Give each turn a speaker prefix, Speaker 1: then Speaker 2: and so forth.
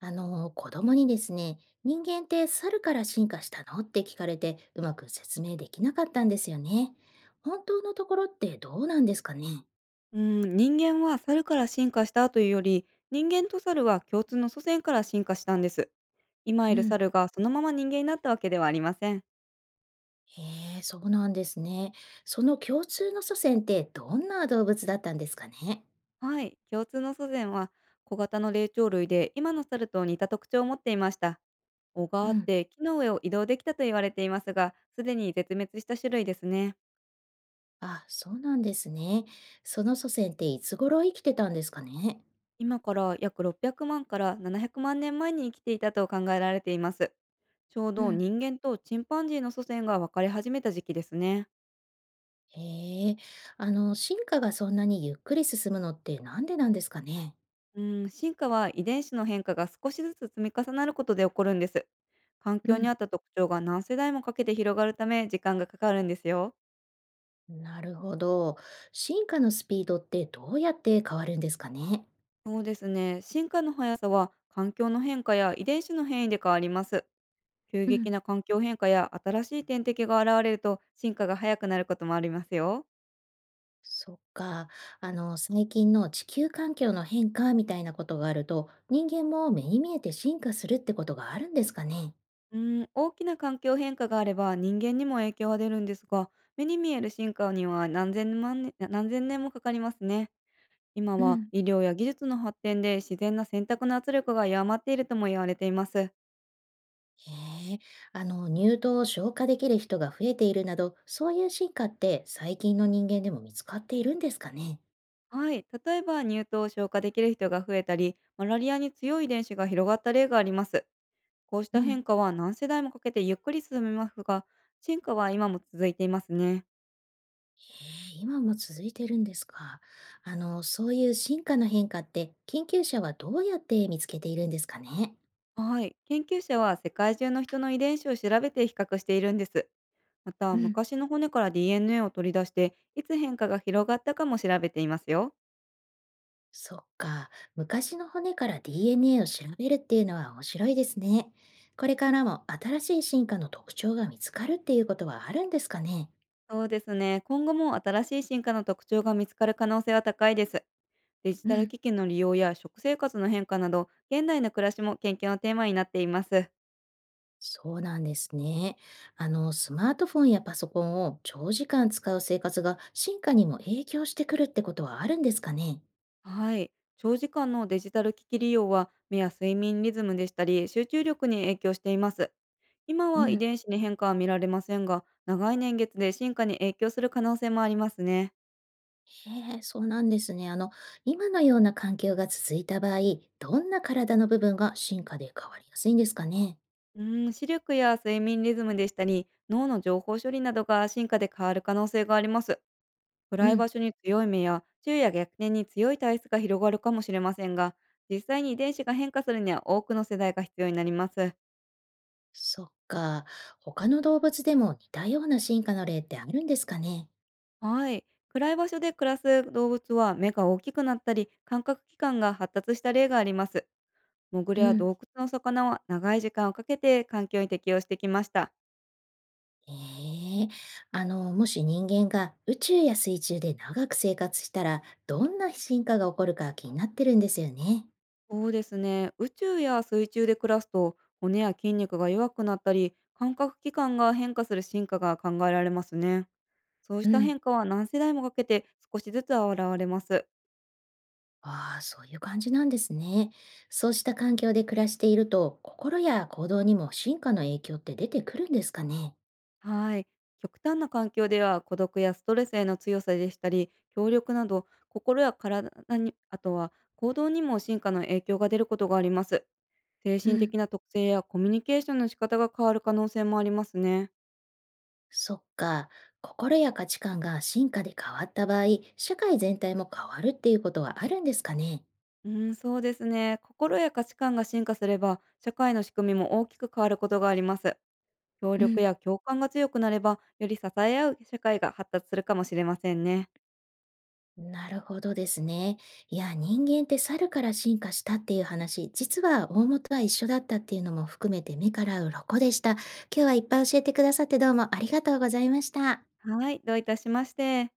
Speaker 1: 子供にですね、人間って猿から進化したのって聞かれて、うまく説明できなかったんですよね。本当のところってどうなんですかね。
Speaker 2: うん、人間は猿から進化したというより、人間と猿は共通の祖先から進化したんです。今
Speaker 1: う
Speaker 2: いる
Speaker 1: ん。
Speaker 2: 猿がそのまま人間になったわけではありません。
Speaker 1: へえ、そうなんですね。その共通の祖先ってどんな動物だったんですかね。
Speaker 2: はい、共通の祖先は小型の霊長類で、今の猿と似た特徴を持っていました。尾があ
Speaker 1: う
Speaker 2: っ
Speaker 1: ん。
Speaker 2: て木の上を移動できたと言われていますが、すでに絶滅した種類ですね。
Speaker 1: あ、そうなんですね。その祖先っていつ頃生きてたんですかね。
Speaker 2: 今から約600万から700万年前に生きていたと考えられています。ちょう
Speaker 1: う
Speaker 2: ど
Speaker 1: ん。
Speaker 2: 人間とチンパンジーの祖先が分かれ始めた時期ですね。
Speaker 1: へえ。進化がそんなにゆっくり進むのってなんでなんですかね。
Speaker 2: うん、進化は遺伝子の変化が少しずつ積み重なることで起こるんです。環
Speaker 1: う
Speaker 2: 境に合
Speaker 1: ん。
Speaker 2: った特徴が何世代もかけて広がるため、時間がかかるんですよ。
Speaker 1: なるほど。進化のスピードってどうやって変わるんですかね。
Speaker 2: そうですね。進化の速さは環境の変化や遺伝子の変異で変わります。急
Speaker 1: う
Speaker 2: 激
Speaker 1: ん、
Speaker 2: な環境変化や新しい天敵が現れると、進化が速くなることもありますよ。
Speaker 1: そっか。最近の地球環境の変化みたいなことがあると、人間も目に見えて進化するってことがあるんですかね。
Speaker 2: うん、大きな環境変化があれば人間にも影響は出るんですが、目に見える進化には何千万年何千年もかかりますね。今
Speaker 1: う
Speaker 2: は
Speaker 1: ん。
Speaker 2: 医療や技術の発展で、自然な選択の圧力が弱まっているとも言われています。
Speaker 1: へえ。乳糖を消化できる人が増えているなど、そういう進化って最近の人間でも見つかっているんですかね。
Speaker 2: はい、例えば乳糖を消化できる人が増えたり、マラリアに強い遺伝子が広がった例があります。こうし
Speaker 1: う
Speaker 2: た変
Speaker 1: ん。
Speaker 2: 化は何世代もかけてゆっくり進みますが、進化は今も続いていますね。
Speaker 1: へえ、今も続いてるんですか。そういう進化の変化って、研究者はどうやって見つけているんですかね。
Speaker 2: はい、研究者は世界中の人の遺伝子を調べて比較しているんです。また、
Speaker 1: うん、
Speaker 2: 昔の骨から DNA を取り出して、いつ変化が広がったかも調べていますよ。
Speaker 1: そっか、昔の骨から DNA を調べるっていうのは面白いですね。これからも新しい進化の特徴が見つかるっていうことはあるんですかね。
Speaker 2: そうですね。今後も新しい進化の特徴が見つかる可能性は高いです。デジ
Speaker 1: う
Speaker 2: タル
Speaker 1: ん、
Speaker 2: 機器の利用や食生活の変化など、現代の暮らしも研究のテーマになっています。
Speaker 1: そうなんですね。スマートフォンやパソコンを長時間使う生活が進化にも影響してくるってことはあるんですかね。
Speaker 2: はい。長時間のデジタル機器利用は、目や睡眠リズムでしたり、集中力に影響しています。今
Speaker 1: う
Speaker 2: は遺
Speaker 1: ん。
Speaker 2: 伝子に変化は見られませんが、長い年月で進化に影響する可能性もありますね。
Speaker 1: へえ、そうなんですね。今のような環境が続いた場合、どんな体の部分が進化で変わりやすいんですかね。
Speaker 2: 視力や睡眠リズムでしたり、脳の情報処理などが進化で変わる可能性があります。
Speaker 1: う
Speaker 2: 暗い場
Speaker 1: ん、
Speaker 2: 所に強い目や昼夜逆転に強い体質が広がるかもしれませんが、実際に遺伝子が変化するには多くの世代が必要になります。
Speaker 1: そっか。他の動物でも似たような進化の例ってあるんですかね。
Speaker 2: はい。暗い場所で暮らす動物は目が大きくなったり、感覚器官が発達した例があります。モグ
Speaker 1: う
Speaker 2: ラや
Speaker 1: ん。
Speaker 2: 洞窟の魚は長い時間をかけて環境に適応してきました。
Speaker 1: ええ、もし人間が宇宙や水中で長く生活したら、どんな進化が起こるか気になってるんですよね。
Speaker 2: そうですね。宇宙や水中で暮らすと、骨や筋肉が弱くなったり、感覚器官が変化する進化が考えられますね。そうし
Speaker 1: う
Speaker 2: た
Speaker 1: ん。
Speaker 2: 変化は何世代もかけて少しずつ現れます。
Speaker 1: ああ、そういう感じなんですね。そうした環境で暮らしていると、心や行動にも進化の影響って出てくるんですかね。
Speaker 2: はい。極端な環境では孤独やストレスへの強さでしたり、協力など心や体に、あとは行動にも進化の影響が出ることがあります。精
Speaker 1: う
Speaker 2: 神
Speaker 1: ん、
Speaker 2: 的な特性やコミュニケーションの仕方が変わる可能性もありますね。
Speaker 1: そっか、心や価値観が進化で変わった場合、社会全体も変わるっていうことはあるんですかね。
Speaker 2: うん、そうですね。心や価値観が進化すれば、社会の仕組みも大きく変わることがあります。協
Speaker 1: う
Speaker 2: 力
Speaker 1: ん、
Speaker 2: や共感が強くなれば、より支え合う社会が発達するかもしれませんね。
Speaker 1: なるほどですね。いや、人間って猿から進化したっていう話、実は大元は一緒だったっていうのも含めて目から鱗でした。今日はいっぱい教えてくださってどうもありがとうございました。
Speaker 2: はい、どういたしまして。